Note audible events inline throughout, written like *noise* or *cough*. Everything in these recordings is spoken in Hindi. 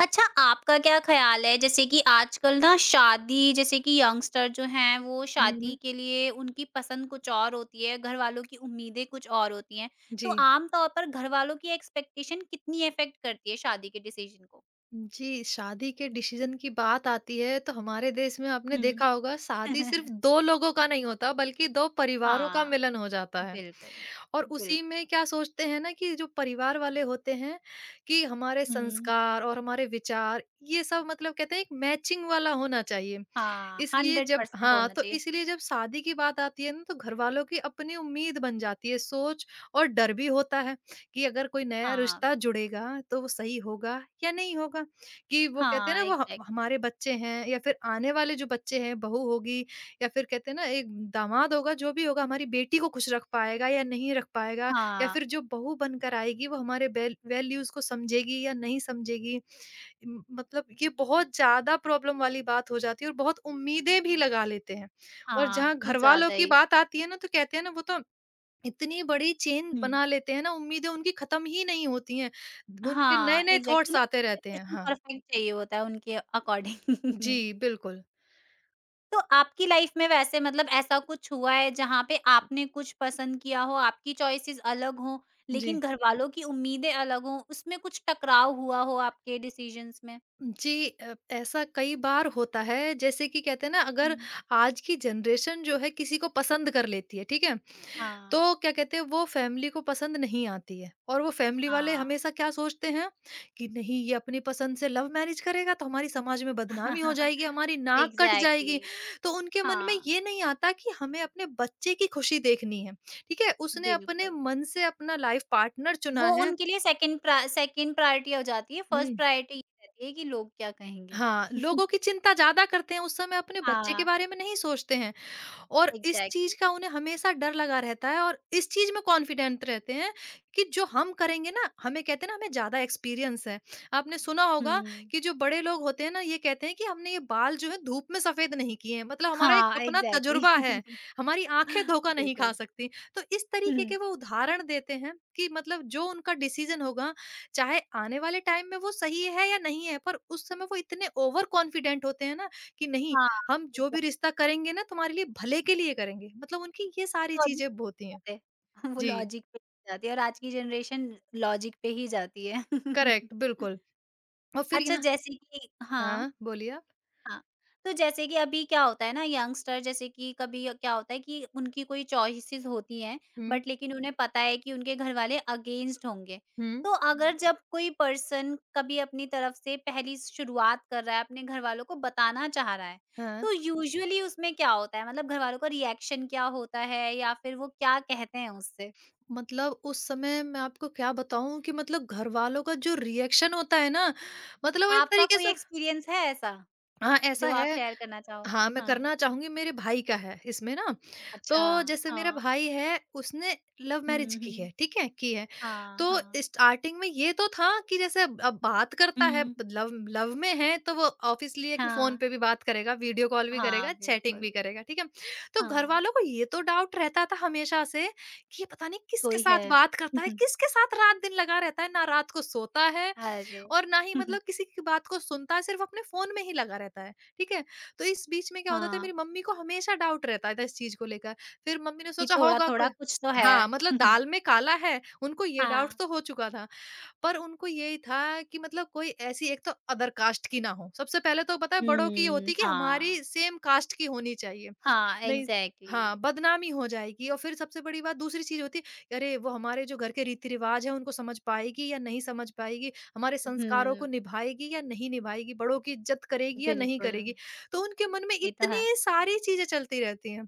अच्छा, आपका क्या ख़्याल है जैसे कि आजकल ना शादी जैसे कि यंगस्टर जो हैं वो शादी हुँ, के लिए उनकी पसंद कुछ और होती है, घरवालों की उम्मीदें कुछ और होती हैं। तो जी। आम तौर पर घरवालों की एक्सपेक्टेशन कितनी अफ़ेक्ट करती है शादी के डिसीज़न को? जी, शादी के डिसीज़न की बात आती है तो हमारे देश में आपने हुँ। देखा होगा शादी सिर्फ़ *laughs* 2 लोगों का नहीं होता, बल्कि 2 परिवारों का हाँ, मिलन हो जाता है। बिल्कुल, और उसी बिल्कुल। में क्या सोचते हैं ना कि जो परिवार वाले होते हैं, कि हमारे हुँ, संस्कार और हमारे विचार, ये सब मतलब कहते हैं एक मैचिंग वाला होना चाहिए। हाँ, इसलिए जब 100% हाँ, होना तो चाहिए। इसलिए जब शादी की बात आती है ना तो घरवालों की अपनी उम्मीद बन जाती है, सोच और डर भी होता है कि अगर कोई नया हाँ, रिश्ता जुड़ेगा तो वो सही होगा या नहीं होगा। कि वो कहते हैं हाँ, ना, वो ह एग्ज़ैक्टली हमारे बच्चे हैं या फिर आने वाले जो बच्चे हैं, बहू होगी या फिर कहते हैं ना एक दामाद होगा, जो भी होगा हमारी बेटी को खुश रख पाएगा या नहीं रख पाएगा, या हाँ, फिर जो बहू बनकर आएगी वो हमारे वैल्यूज़ को समझेगी या नहीं समझेगी। मतलब ये बहुत ज्यादा प्रॉब्लम वाली बात हो जाती है और बहुत उम्मीदें भी लगा लेते हैं। और हाँ, जहाँ कुछ घर वालों ज़्यादा की ही। बात आती है ना तो कहते हैं ना, वो तो इतनी बड़ी चेन हुँ। बना लेते हैं ना, उम्मीदें उनकी खत्म ही नहीं होती हैं। उनके हाँ, नए नए एग्ज़ैक्टली थॉट्स उन्हें आते रहते हैं। 100% हाँ, परफ़ेक्ट चाहिए होता है उनके अकॉर्डिंग। जी *laughs* बिल्कुल। तो आपकी लाइफ़ में वैसे मतलब ऐसा कुछ हुआ है जहाँ पे आपने कुछ पसंद किया हो, आपकी चॉइसेस अलग हों, लेकिन जी घरवालों की उम्मीदें अलग हों, उसमें कुछ टकराव हुआ हो आपके डिसीज़न्स में? जी, ऐसा कई बार होता है, जैसे कि कहते हैं ना, अगर हुँ। आज की जनरेशन जो है किसी को पसंद कर लेती है, ठीक है, हाँ, तो क्या कहते हैं, वो फैमिली को पसंद नहीं आती है, और वो फैमिली वाले हाँ। हमेशा क्या सोचते हैं कि नहीं, ये अपनी पसंद से लव मैरिज करेगा तो हमारी समाज में बदनामी हो *laughs* जाएगी, हमारी नाक कट जाएगी। एग्ज़ैक्टली, तो उनके मन में हाँ, ये नहीं आता कि हमें अपने बच्चे की खुशी देखनी है, ठीक है, उसने अपने बिल्कुल। मन से अपना लाइफ पार्टनर वो चुना है। उनके लिए सेकंड प्रायोरिटी हो जाती है, फर्स्ट हम्म। प्रायोरिटी ये रहती है कि लोग क्या कहेंगे। हाँ, *laughs* लोगों की चिंता ज्यादा करते हैं उस समय, अपने बच्चे के हाँ, बारे में नहीं सोचते हैं, और इस एग्ज़ैक्टली। चीज का उन्हें हमेशा डर लगा रहता है, और इस चीज में कॉन्फिडेंट रहते हैं कि जो हम करेंगे ना, हमें, कहते हैं ना, हमें ज्यादा एक्सपीरियंस है। आपने सुना होगा हुँ। कि जो बड़े लोग होते हैं ना, ये कहते हैं कि हमने ये बाल जो है धूप में सफेद नहीं किए हैं, मतलब हमारा एक हाँ, अपना एग्ज़ैक्टली तजुर्बा है, हमारी आंखें *laughs* धोखा नहीं खा बिल्कुल। सकती। तो इस तरीके हुँ, के वो उदाहरण देते हैं कि मतलब जो उनका डिसीजन होगा, चाहे आने वाले टाइम में वो सही है या नहीं है, पर उस समय वो इतने ओवर कॉन्फिडेंट होते हैं ना कि नहीं, हाँ, हम जो भी एग्ज़ैक्टली रिश्ता करेंगे ना तुम्हारे लिए भले के लिए करेंगे, मतलब उनकी ये सारी लॉजिक चीज़ें होती हैं। पे *laughs* वो जी, लॉजिक पे ही जाती है और आज की जनरेशन लॉजिक पे ही जाती है। करेक्ट *laughs* बिल्कुल। और फिर अच्छा यहाँ, जैसे कि हाँ। हाँ, बोलिए आप? हाँ, तो जैसे कि अभी क्या होता है ना यंगस्टर जैसे कि कभी क्या होता है कि उनकी कोई चॉइसेस होती हैं हुँ, बट लेकिन उन्हें पता है कि उनके घर वाले अगेंस्ट होंगे। हुँ, तो हुँ। अगर जब कोई पर्सन कभी अपनी तरफ से पहली शुरुआत कर रहा है, अपने घर वालों को बताना चाह रहा है, हाँ। तो यूजुअली उसमें क्या होता है? मतलब घर वालों का रिएक्शन क्या होता है या फिर वो क्या कहते हैं उससे? मतलब उस समय मैं आपको क्या बताऊँ कि मतलब घरवालों का जो रिएक्शन होता है ना, मतलब वो एक आपका तरीके कोई से। एक्सपीरियंस है ऐसा, हाँ, ऐसा जो आप है। शेयर करना चाहो? हाँ, मैं हाँ, करना चाहूँगी, मेरे भाई का है इसमें ना। अच्छा, तो जैसे मेरा हाँ। भाई है उसने लव मैरिज हुँ, की है, हुँ। ठीक है? की है। हाँ, तो हाँ। स्टार्टिंग में ये तो था कि जैसे अब बात करता है, हुँ। लव लव में है, तो वो ऑब्वियसली है कि फ़ोन हाँ, पे भी बात करेगा, वीडियो कॉल भी हाँ, करेगा, चैटिंग बिल्कुल। भी करेगा, ठीक है? तो हाँ, घरवालों को ये तो डाउट रहता था हमेशा से कि ये पता नहीं किसके कोई है। साथ बात करता है, *laughs* किसके साथ रात-दिन लगा रहता है, ना रात को सोता है अरे! और ना ही *laughs* मतलब किसी की बात को सुनता है, सिर्फ अपने फ़ोन में ही लगा रहता है, ठीक है? तो इस बीच में क्या होता था, हाँ, मेरी मम्मी को हमेशा डाउट रहता था इस चीज़ को लेकर। फिर मम्मी ने कि सोचा होगा थोड़ा-थोड़ा कोई। कुछ तो है। हाँ, मतलब *laughs* दाल में काला है, उनको ये डाउट हाँ। तो हो चुका था, पर उनको यही था कि मतलब कोई ऐसी, एक तो अदर कास्ट की ना हो। सबसे पहले तो पता है बड़ों की ये हुँ, होती है कि हमारी हाँ। सेम कास्ट की होनी चाहिए। हाँ, नहीं, एग्ज़ैक्टली। हाँ, बदनामी हो जाएगी, और फिर सबसे बड़ी बात दूसरी चीज़ होती है कि अरे वो हमारे जो घर के रीति-रिवाज हैं उनको समझ पाएगी या नहीं समझ पाएगी, हमारे संस्कारों को हुँ, निभाएगी या नहीं निभाएगी, बड़ों की इज़्ज़त करेगी या नहीं बिल्कुल, करेगी। तो उनके मन में ये तो है। इतनी सारी चीज़ें चलती रहती हैं।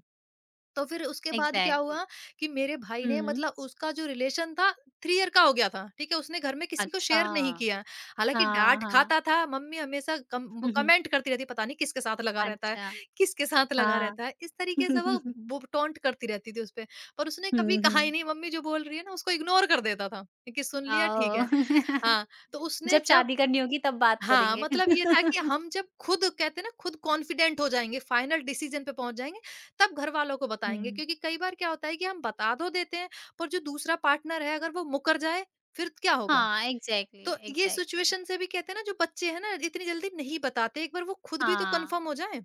तो फिर उसके बाद क्या एग्ज़ैक्टली। हुआ कि मेरे भाई ने, हुँ, मतलब उसका जो रिलेशन था 3 ईयर का हो गया था, ठीक है? उसने घर में किसी को अच्छा। शेयर नहीं किया। हालाँकि हाँ, डाँट हाँ। खाता था, मम्मी हमेशा कम *laughs* वो हम्म, कमेंट करती रहती है, पता नहीं किसके साथ लगा रहता है, अच्छा, किसके साथ लगा हाँ। रहता है। इस तरीके से वो *laughs* वो टॉन्ट करती रहती थी उस पे, पर उसने कभी हुँ, कहा ही हुँ। नहीं। मम्मी जो बोल रही है ना उसको इग्नोर कर देता था, कि सुन लिया ठीक है। ओह! *laughs* हाँ। तो उसने जब जब शादी करनी होगी तब बात हाँ, करेंगे। मतलब ये था कि *laughs* हम जब खुद, कहते हैं ना, खुद कॉन्फिडेंट हो जाएँगे, फाइनल डिसीज़न पे पहुँच जाएँगे, तब घरवालों को बताएँगे, हुँ। क्योंकि कई बार क्या होता है कि हम बता तो देते हैं, पर जो दूसरा पार्टनर है अगर वो मुकर जाए, फिर क्या होगा? हाँ, एग्ज़ैक्टली, तो ये एग्ज़ैक्टली। सिचुएशन से भी, कहते हैं ना, जो बच्चे हैं ना इतनी जल्दी नहीं बताते, एक बार वो खुद भी तो हाँ, कन्फर्म हो जाएँ।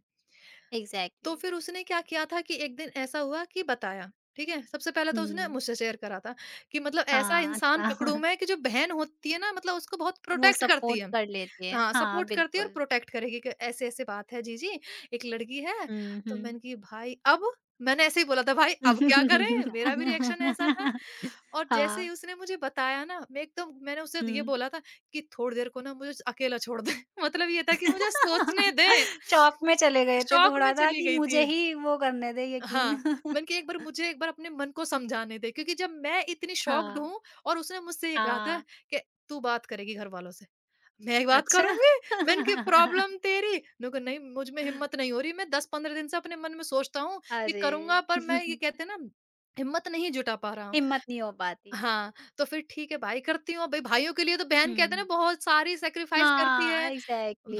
तो एग्ज़ैक्टली। फिर उसने क्या किया था कि एक दिन ऐसा हुआ कि बताया, ठीक है? सबसे पहले तो उसने हुँ, मुझसे शेयर करा था कि मतलब ऐसा हाँ, इंसान पकड़ूँ अच्छा मैं *laughs* कि जो बहन होती है ना मतलब उसको बहुत वो प्रोटेक्ट करती सपोर्ट है। कर लेती है। हाँ, हाँ, सपोर्ट करती है और बिल्कुल। प्रोटेक्ट करेगी, कि ऐसे-ऐसे बात है जीजी, एक लड़की है। हुँ, तो हुँ। मैंने की, भाई अब? मैंने ऐसे ही बोला था, भाई अब क्या करें? मेरा भी रिएक्शन ऐसा था, *laughs* और जैसे ही हाँ, उसने मुझे बताया ना, मैंने उससे हुँ। ये बोला था कि थोड़ी देर को ना मुझे अकेला छोड़ दें *laughs* मतलब ये था कि मुझे सोचने दें। शॉक *laughs* में चले गए थे शॉक में थोड़ा-सा चली कि गई थी मुझे मैं। ही वो करने दें यकीन। हाँ, मैंने *laughs* कहा एक बार, मुझे एक बार अपने मन को समझाने दे, क्योंकि जब मैं इतनी शॉक्ड हाँ, हूँ, और उसने मुझसे ये कहा था हाँ, कि तू बात करेगी घरवालों से। मैं बात अच्छा। करूँगी? मैंने कहा *laughs* प्रॉब्लम तेरी, मैंने कहा नहीं मुझ में हिम्मत नहीं हो रही, मैं 10-15 दिन से अपने मन में सोचता हूँ कि करूँगा, अरे! पर मैं, ये *laughs* कहते हैं ना, हिम्मत नहीं जुटा पा रहा हूँ। हिम्मत नहीं हो पाती। हाँ, तो फिर ठीक है भाई, करती हूँ। भई, भाइयों के लिए तो बहन, कहते हैं ना, हुँ। बहुत सारी सैक्रिफाइस करती हाँ, है।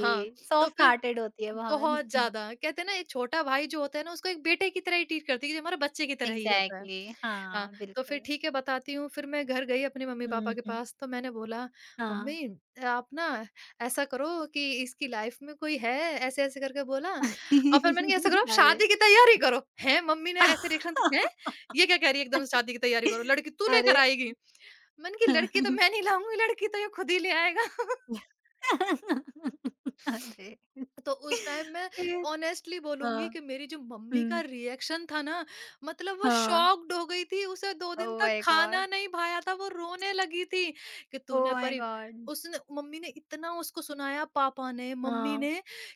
हाँ, तो सॉफ्ट फिर हार्टेड होती है बहुत। बहुत *laughs* ज़्यादा, कहते हैं ना, एक छोटा भाई जो होता है ना उसको एक बेटे की तरह ही ट्रीट करती है, जो हमारे बच्चे की तरह ही होता है। एग्ज़ैक्टली हाँ, हाँ, तो फिर बिल्कुल। ठीक है बताती हूँ, फिर मैं घर गई अपने मम्मी-पापा हुँ, के हुँ। पास, तो मैंने बोला, हाँ। मम्मी आप ना ऐसा करो कि इसकी लाइफ में कोई है, ऐसे-ऐसे करके बोला। और फिर मैंने कहा ऐसा करो, आप *laughs* अरे! शादी की तैयारी करो। हैं? मम्मी ने ऐसे रिएक्शन हैं? ये क्या *laughs* कह रही है, एकदम से शादी की तैयारी करो, लड़की तू लेकर अरे! आएगी? मैंने कहा, लड़की तो मैं *laughs* नहीं लाऊँगी, लड़की तो ये खुद ही ले आएगा। अरे! तो उस टाइम मैं फिर? ऑनेस्टली बोलूँगी हाँ, कि मेरी जो मम्मी का हुँ, रिएक्शन था ना, मतलब वो हाँ। शॉक्ड हो गई थी, उसे 2 दिन ओह तक माय गॉड! खाना नहीं भाया था, वो रोने लगी थी कि ओह तूने, माय परी, गॉड! उसने, मम्मी ने इतना उसको सुनाया, पापा ने, मम्मी हाँ, ने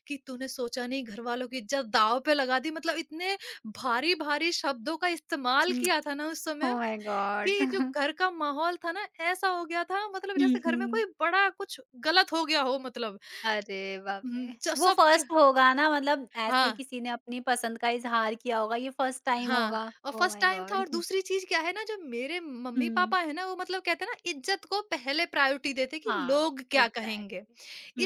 कि तूने सोचा नहीं, घरवालों की इज़्ज़त दाँव पे लगा दी, मतलब इतने भारी-भारी शब्दों का इस्तेमाल किया था ना उस ओह समय, माय गॉड! कि जो *laughs* घर का माहौल था ना, ऐसा हो गया था मतलब हुँ, जैसे घर में हुँ। कोई बड़ा कुछ गलत हो गया हो मतलब। अरे बाप हुँ, रे! च वो सब तर फर्स्ट होगा ना मतलब ऐसे हाँ, किसी ने अपनी पसंद का इज़हार किया होगा, ये फर्स्ट टाइम हाँ, होगा। और ओह फर्स्ट माय टाइम था, गॉड! और *laughs* दूसरी चीज़ क्या है ना, जो मेरे हुँ। मम्मी-पापा है ना वो, मतलब कहते हैं ना, इज़्ज़त को पहले प्रायोरिटी देते कि हाँ, लोग क्या कहेंगे। एग्ज़ैक्टली।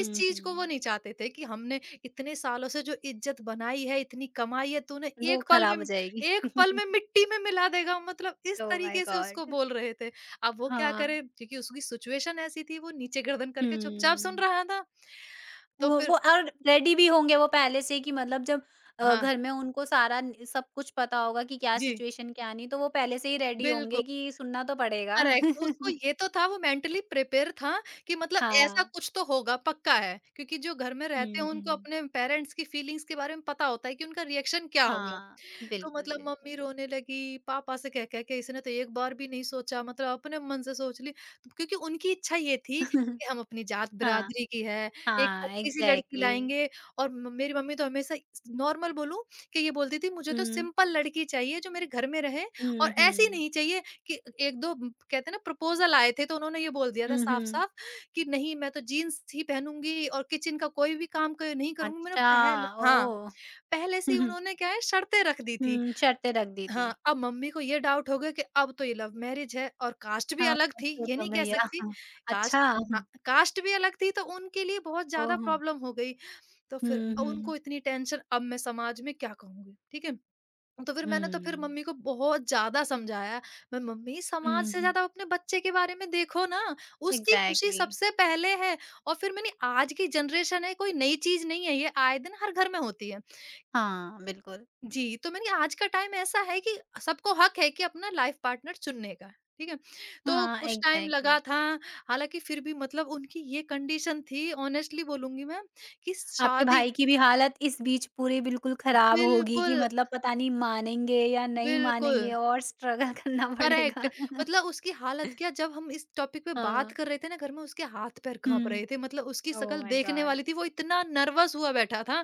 इस चीज़ को वो हुँ। नहीं चाहते थे कि हमने इतने सालों से जो इज़्ज़त बनाई है, इतनी कमाई है, तूने वो एक पल खराब हो में, जाएगी। एक पल *laughs* में मिट्टी में मिला देगा, मतलब इस ओह माय तरीके से उसको गॉड! बोल रहे थे। अब वो क्या हाँ। करे, क्योंकि उसकी सिचुएशन ऐसी थी वो नीचे गर्दन करके चुपचाप सुन हुँ। रहा था। तो वो फिर, वो और रेडी भी होंगे वो पहले से कि मतलब जब हाँ, घर में उनको सारा न सब कुछ पता होगा कि क्या जी, सिचुएशन क्या नहीं, तो वो पहले से ही रेडी बिल्कुल। होंगे कि सुनना तो पड़ेगा। करेक्ट, तो उसको *laughs* ये तो था, वो मेंटली प्रिपेयर था कि मतलब ऐसा हाँ। कुछ तो होगा पक्का है, क्योंकि जो घर में रहते हुँ, हैं उनको हुँ। अपने पेरेंट्स की फीलिंग्स के बारे में पता होता है कि उनका रिएक्शन क्या होगा। हाँ, तो बिल्कुल, मतलब मम्मी बिल्कुल। रोने लगी, पापा से कह कह के, इसने तो एक बार भी नहीं सोचा, मतलब अपने मन से सोच ली। तो क्योंकि उनकी इच्छा ये थी *laughs* कि हम अपनी जात हाँ, बिरादरी की है, एक हाँ, अच्छी-सी लड़की एग्ज़ैक्टली। लाएँगे, और म मेरी मम्मी तो हमेशा, नॉर्मल बोलूँ, कि ये बोलती थी मुझे तो हुँ, सिंपल लड़की चाहिए जो मेरे घर में रहे, हुँ, और ऐसी हुँ। नहीं चाहिए कि 1-2, कहते हैं ना, प्रपोज़ल आए थे तो उन्होंने ये बोल दिया था हुँ, हुँ। साफ-साफ कि नहीं, मैं तो जीन्स ही पहनूँगी और किचन का कोई भी काम क नहीं करूँगी। मैंने अच्छा, पहले हाँ, ओह! पहले से ही *laughs* उन्होंने क्या है शर्तें रख दी थी। हुँ, शर्तें रख दी थी। हाँ, अब मम्मी को ये डाउट हो गया कि अब तो ये लव मैरिज है और कास्ट भी हाँ, अलग थी, ये तो नहीं कह भैया सकती। हाँ, कास्ट अच्छा, हाँ, कास्ट भी अलग थी तो उनके लिए बहुत ज़्यादा ओह! प्रॉब्लम हो गई। तो फिर हुँ, हुँ, हुँ। उनको इतनी टेंशन अब मैं समाज में क्या कहूँगी, ठीक है? तो फिर मैंने तो फिर मम्मी को बहुत ज़्यादा समझाया। मैं मम्मी समाज हुँ, से हुँ, ज़्यादा अपने बच्चे के बारे में देखो ना, उसकी खुशी एग्ज़ैक्टली। सबसे पहले है। और फिर मैंने आज की जनरेशन है कोई नई चीज़ नहीं है, ये आए दिन हर घर में होती है। हाँ, बिल्कुल। जी, तो मैंने कहा, आज का टाइम ऐसा है कि सबको हक है कि अपना लाइफ़ पार्टनर चुनने का, ठीक है? तो हाँ, कुछ टाइम एग्ज़ैक्टली। लगा था, हालाँकि फिर भी उनकी ये कंडीशन थी ऑनेस्टली बोलूँगी मैं कि आपके शादी भाई की भी हालत इस बीच पूरी बिल्कुल ख़राब होगी कि बिल्कुल, मतलब पता नहीं मानेंगे या नहीं बिल्कुल, मानेंगे और स्ट्रगल करना करेक्ट। पड़ेगा। *laughs* उसकी हालत क्या जब हम इस टॉपिक पे बात हाँ। कर रहे थे ना घर में उसके हाथ-पैर काँप हुँ। रहे थे, मतलब उसकी ओह शक्ल माय देखने गॉड! वाली थी, वो इतना नर्वस हुआ बैठा था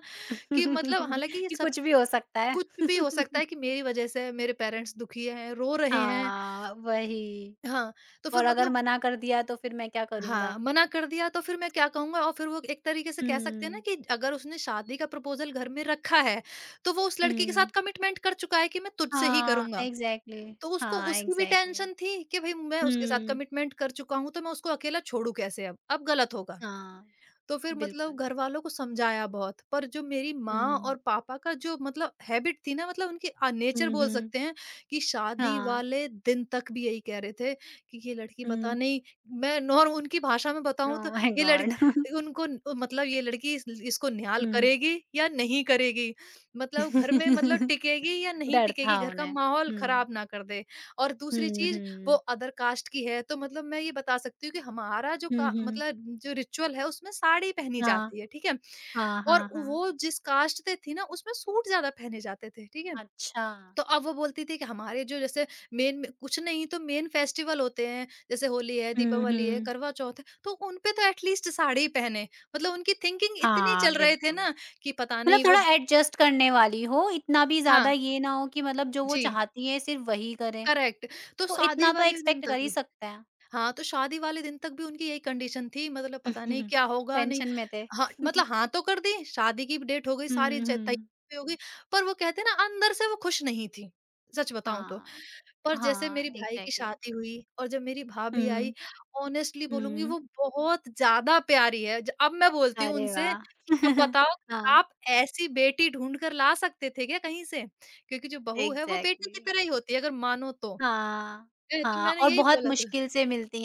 कि *laughs* हालाँकि ये कि सब कुछ भी हो सकता है। कुछ भी हो सकता *laughs* है कि मेरी वज़ह से मेरे पेरेंट्स दुखी हैं, रो रहे हैं। हाँ, वही। हाँ, तो फिर और अगर मना कर दिया तो फिर मैं क्या करूँगा? हाँ, मना कर दिया तो फिर मैं क्या कहूँगा और फिर वो एक तरीके से कह सकते हैं ना हुँ, कि अगर उसने शादी का प्रपोज़ल घर में रखा है, तो वो उस लड़की के हुँ। साथ कमिटमेंट कर चुका है कि मैं तुझसे ही हाँ, करूँगा। एग्ज़ैक्टली। तो उसको हाँ, उसकी भी एग्ज़ैक्टली। टेंशन थी कि भई मैं उसके साथ हुँ। कमिटमेंट कर चुका हूँ, तो मैं उसको अकेला छोड़ूँ कैसे अब? अब गलत होगा। हाँ, तो फिर बिल्कुल। घरवालों को समझाया बहुत, पर जो मेरी माँ हुँ। और पापा का जो हैबिट थी ना उनकी नेचर हुँ, बोल हुँ। सकते हैं कि शादी हाँ। वाले दिन तक भी यही कह रहे थे कि ये लड़की पता हुँ। नहीं। मैं नॉर उनकी भाषा में बताऊँ ओह तो माय ये लड़ गॉड! *laughs* उनको न- मतलब ये लड़की इस इसको न्याल हुँ। करेगी या नहीं करेगी। घर में *laughs* टिकेगी या नहीं डर टिकेगी, था घर का उन्हें। माहौल हुँ। खराब ना कर दे। और दूसरी हुँ, चीज़, वो हुँ। अदर कास्ट की है, तो मैं ये बता सकती हूँ कि हमारा जो हुँ, का हुँ। मतलब जो रिचुअल है उसमें साड़ी पहनी हाँ। जाती है, ठीक है? हाँ, हाँ, और हाँ। वो जिस कास्ट से थी ना उसमें सूट ज़्यादा पहने जाते थे, ठीक है? अच्छा। तो अब वो बोलती थी कि हमारे जो जैसे मेन में कुछ नहीं तो मेन फेस्टिवल होते हैं, जैसे होली है, हुँ, दीपावली है, हुँ। करवा चौथ है, तो उन पे तो एट लीस्ट साड़ी पहने। उनकी थिंकिंग इतनी हाँ, चल रहे थे बिल्कुल। ना कि पता मतलब नहीं थोड़ा वो एडजस्ट करने वाली हो, इतना भी ज़्यादा हाँ, ये ना हो कि मतलब जो वो जी, चाहती है सिर्फ़ वही करें, करेक्ट। तो तो शादी इतना तो वाले दिन एक्सपेक्ट कर तक ही भी सकते हैं। हाँ, तो शादी वाले दिन तक भी उनकी यही कंडीशन थी पता नहीं *laughs* क्या होगा नहीं टेंशन में थे। हाँ, *laughs* हाँ तो कर दी, शादी की डेट हो गई, सारी हुँ, च हुँ। तैयारी हो गई, पर वो कहते हैं ना अंदर से वो खुश नहीं थी, सच बताऊँ तो। हाँ, पर जैसे हाँ, मेरी भाई की एग्ज़ैक्टली। शादी हुई और जब मेरी भाभी आई, हुँ, ऑनेस्टली बोलूँगी हुँ। वो बहुत ज़्यादा प्यारी है। ज अब मैं बोलती हूँ अरे उनसे वाह! कि अब *laughs* बताओ कि हाँ, आप ऐसी बेटी ढूँढ कर ला सकते थे क्या कहीं से? क्योंकि जो बहू है वो बेटी एग्ज़ैक्टली। की तरह ही होती है अगर मानो तो। हाँ, ए तो हाँ मैंने और यही बहुत बोला था। मुश्किल से मिलती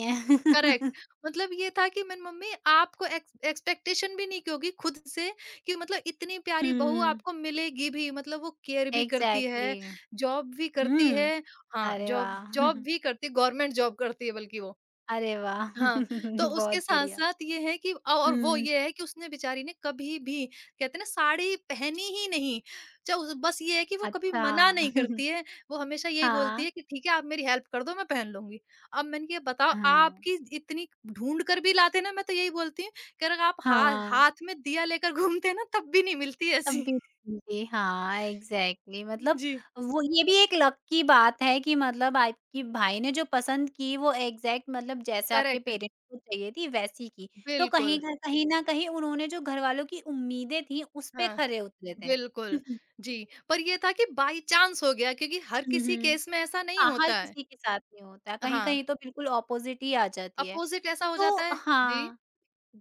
करेक्ट। हैं। *laughs* ये था कि मेरी मम्मी आपको एक्सपेक्टेशन भी नहीं की होगी खुद से कि इतनी प्यारी बहू हुँ, आपको मिलेगी भी, वो केयर भी करती एग्ज़ैक्टली। है, जॉब भी करती है, हुँ, हाँ अरे जॉब वाह! जॉब *laughs* भी करती, गवर्नमेंट जॉब करती है बल्कि वो अरे वाह! हाँ, तो *laughs* बहुत उसके बढ़िया। साथ-साथ ये है कि औ और वो हुँ, ये है कि उसने बेचारी ने कभी भी कहते हैं ना साड़ी पहनी ही नहीं। च उस बस ये है कि वो कभी अच्छा। मना नहीं *laughs* करती है, वो हमेशा यही बोलती हाँ, है कि ठीक है आप मेरी हेल्प कर दो मैं पहन लूँगी। अब मैंने कहा बताओ हाँ, आपकी इतनी ढूँढ कर भी लाते ना मैं तो यही बोलती हूँ कि अगर आप हा हाँ। हाथ में दिया लेकर घूमते ना तब भी नहीं मिलती तब ऐसी। भी जी, हाँ, एग्ज़ैक्टली मतलब जी, वो ये भी एक लक की बात है कि मतलब आपके भाई ने जो पसंद की वो एग्ज़ैक्ट मतलब जैसे आपके करेक्ट। पेरेंट्स को चाहिए थी वैसी की। तो कहीं बिल्कुल, न कहीं उन्होंने जो घरवालों की उम्मीदें थी उस पे हाँ, खरे उतरे थे। बिल्कुल। *laughs* जी, पर ये था कि बाय चांस हो गया क्योंकि हर हुँ, किसी हुँ। केस में ऐसा नहीं हाँ, हर होता है। किसी के साथ नहीं होता है, हाँ, कहीं-कहीं तो बिल्कुल ऑपोज़िट ही आ जाती है। अपोज़िट ऐसा हो जाता तो है। जी। हाँ।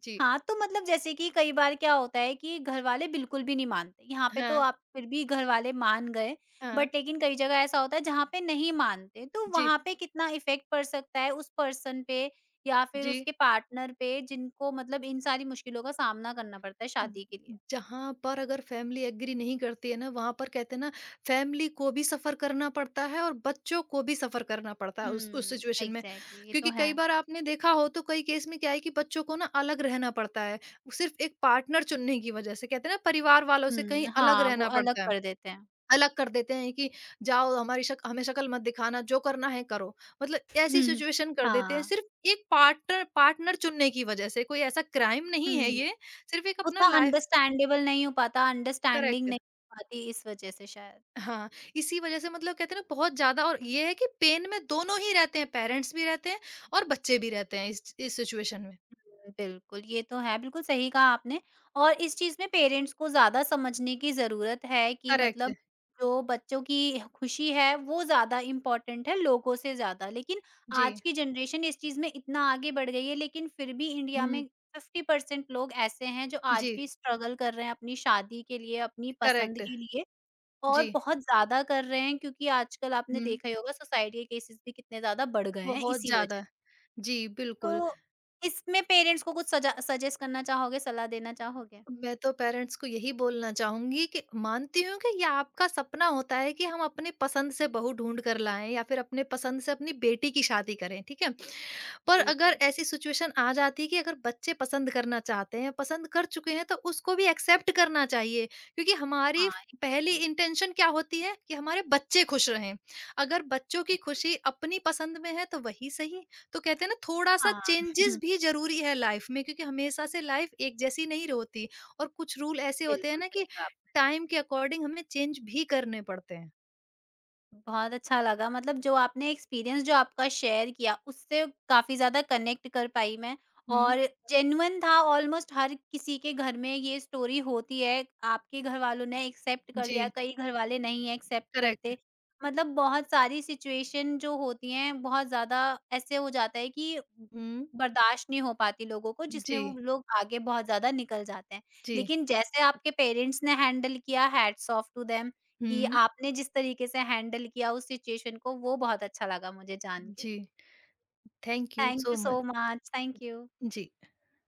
जी। हाँ, तो मतलब जैसे कि कई बार क्या होता है कि घरवाले बिल्कुल भी नहीं मानते। यहाँ पे तो हाँ, आप फिर भी घरवाले मान गए, हाँ। बट लेकिन कई जगह ऐसा होता है जहाँ पे नहीं मानते, तो जी, वहाँ पे कितना इफ़ेक्ट पड़ सकता है उस पर्सन पे या फिर जी। उसके पार्टनर पे जिनको मतलब इन सारी मुश्किलों का सामना करना पड़ता है शादी के लिए? जहाँ पर अगर फैमिली एग्री नहीं करती है ना, वहाँ पर कहते हैं ना, फैमिली को भी सफ़र करना पड़ता है और बच्चों को भी सफ़र करना पड़ता हुँ, है उस सिचुएशन में। एग्ज़ैक्टली ये तो क्योंकि है। कई बार आपने देखा हो तो कई केस में क्या है कि बच्चों को ना अलग रहना पड़ता है, सिर्फ़ एक पार्टनर चुनने की वज़ह से। कहते हैं ना परिवार वालों से कहीं हुँ, अलग हाँ, वो रहना अलग पड़ता है। कर देते हैं। अलग कर देते हैं कि जाओ, हमारी शक हमें शक्ल मत दिखाना, जो करना है करो। मतलब *laughs* ऐसी हम्म, सिचुएशन कर देते हैं हाँ, सिर्फ़ एक पार्टनर पार्टनर चुनने की वजह से, कोई ऐसा क्राइम नहीं है हुँ, ये, सिर्फ़ एक अपना उतना लाइफ़ अंडरस्टैंडेबल नहीं हो पाता, अंडरस्टैंडिंग करेक्ट। नहीं हो पाती इस वजह से शायद। हाँ, इसी वजह से कहते हैं ना बहुत ज़्यादा और ये है कि पेन में दोनों ही रहते हैं, पेरेंट्स भी रहते हैं और बच्चे भी रहते हैं इस सिचुएशन में। बिल्कुल, ये तो है, बिल्कुल सही कहा आपने और इस चीज़ में पेरेंट्स को ज़्यादा समझने की ज़रूरत है कि करेक्ट। मतलब जो बच्चों की खुशी है, वो ज़्यादा इम्पोर्टेंट है लोगों से ज़्यादा। लेकिन जी। आज की जनरेशन इस चीज़ में इतना आगे बढ़ गई है, लेकिन फिर भी इंडिया में हुँ, 50% लोग ऐसे हैं जो आज जी, भी स्ट्रगल कर रहे हैं अपनी शादी के लिए, अपनी पसंद करेक्ट। के लिए और जी। बहुत ज़्यादा कर रहे हैं क्योंकि आजकल आपने हुँ, देखा ही होगा सोसाइटी के केसेज़ भी कितने ज़्यादा बढ़ गए हैं बहुत इसी वज़ह ज़्यादा। जी, बिल्कुल। तो इसमें पेरेंट्स को कुछ सजा सजेस्ट करना चाहोगे, सलाह देना चाहोगे? मैं तो पेरेंट्स को यही बोलना चाहूंगी कि मानती हूँ कि ये आपका सपना होता है कि हम अपने पसंद से बहू ढूंढ कर लाएं या फिर अपने पसंद से अपनी बेटी की शादी करें, ठीक है, पर अगर बिल्कुल। ऐसी सिचुएशन आ जाती है कि अगर बच्चे पसंद करना चाहते हैं, पसंद कर चुके हैं, तो उसको भी एक्सेप्ट करना चाहिए क्योंकि हमारी हाँ, पहली एग्ज़ैक्टली, इंटेंशन क्या होती है कि हमारे बच्चे खुश रहें। अगर बच्चों की बिल्कुल। खुशी अपनी पसंद में है तो वही सही। तो कहते हैं ना थोड़ा सा हाँ, चेंजेस *laughs* भी जरूरी है लाइफ में क्योंकि हमेशा से लाइफ एक जैसी नहीं होती और कुछ रूल ऐसे होते हैं बिल्कुल ना सही कि कहा आपने। टाइम के अकॉर्डिंग हमें चेंज भी करने पड़ते हैं। बहुत अच्छा लगा मतलब जो आपने एक्सपीरियंस जो आपका शेयर किया उससे काफ़ी ज़्यादा कनेक्ट कर पाई मैं हुँ। और जेन्युइन था ऑलमोस्ट हर किसी के घर में ये स्टोरी होती है आपके घर वालों ने एक्सेप्ट कर लिया जी, कई घर वाले नहीं एक्सेप्ट करेक्ट। करते मतलब बहुत सारी सिचुएशन जो होती हैं बहुत ज़्यादा ऐसे हो जाता है कि हुँ। बर्दाश्त नहीं हो पाती लोगों को जिसमें वो जी, लोग आगे बहुत ज़्यादा निकल जाते हैं जी। लेकिन जैसे आपके पेरेंट्स ने हैंडल किया हैट्स ऑफ टू देम कि हुँ। आपने जिस तरीके से हैंडल किया उस सिचुएशन को वो बहुत अच्छा लगा मुझे जान के। जी, thank you thank so you so much. Much, thank you. Ji.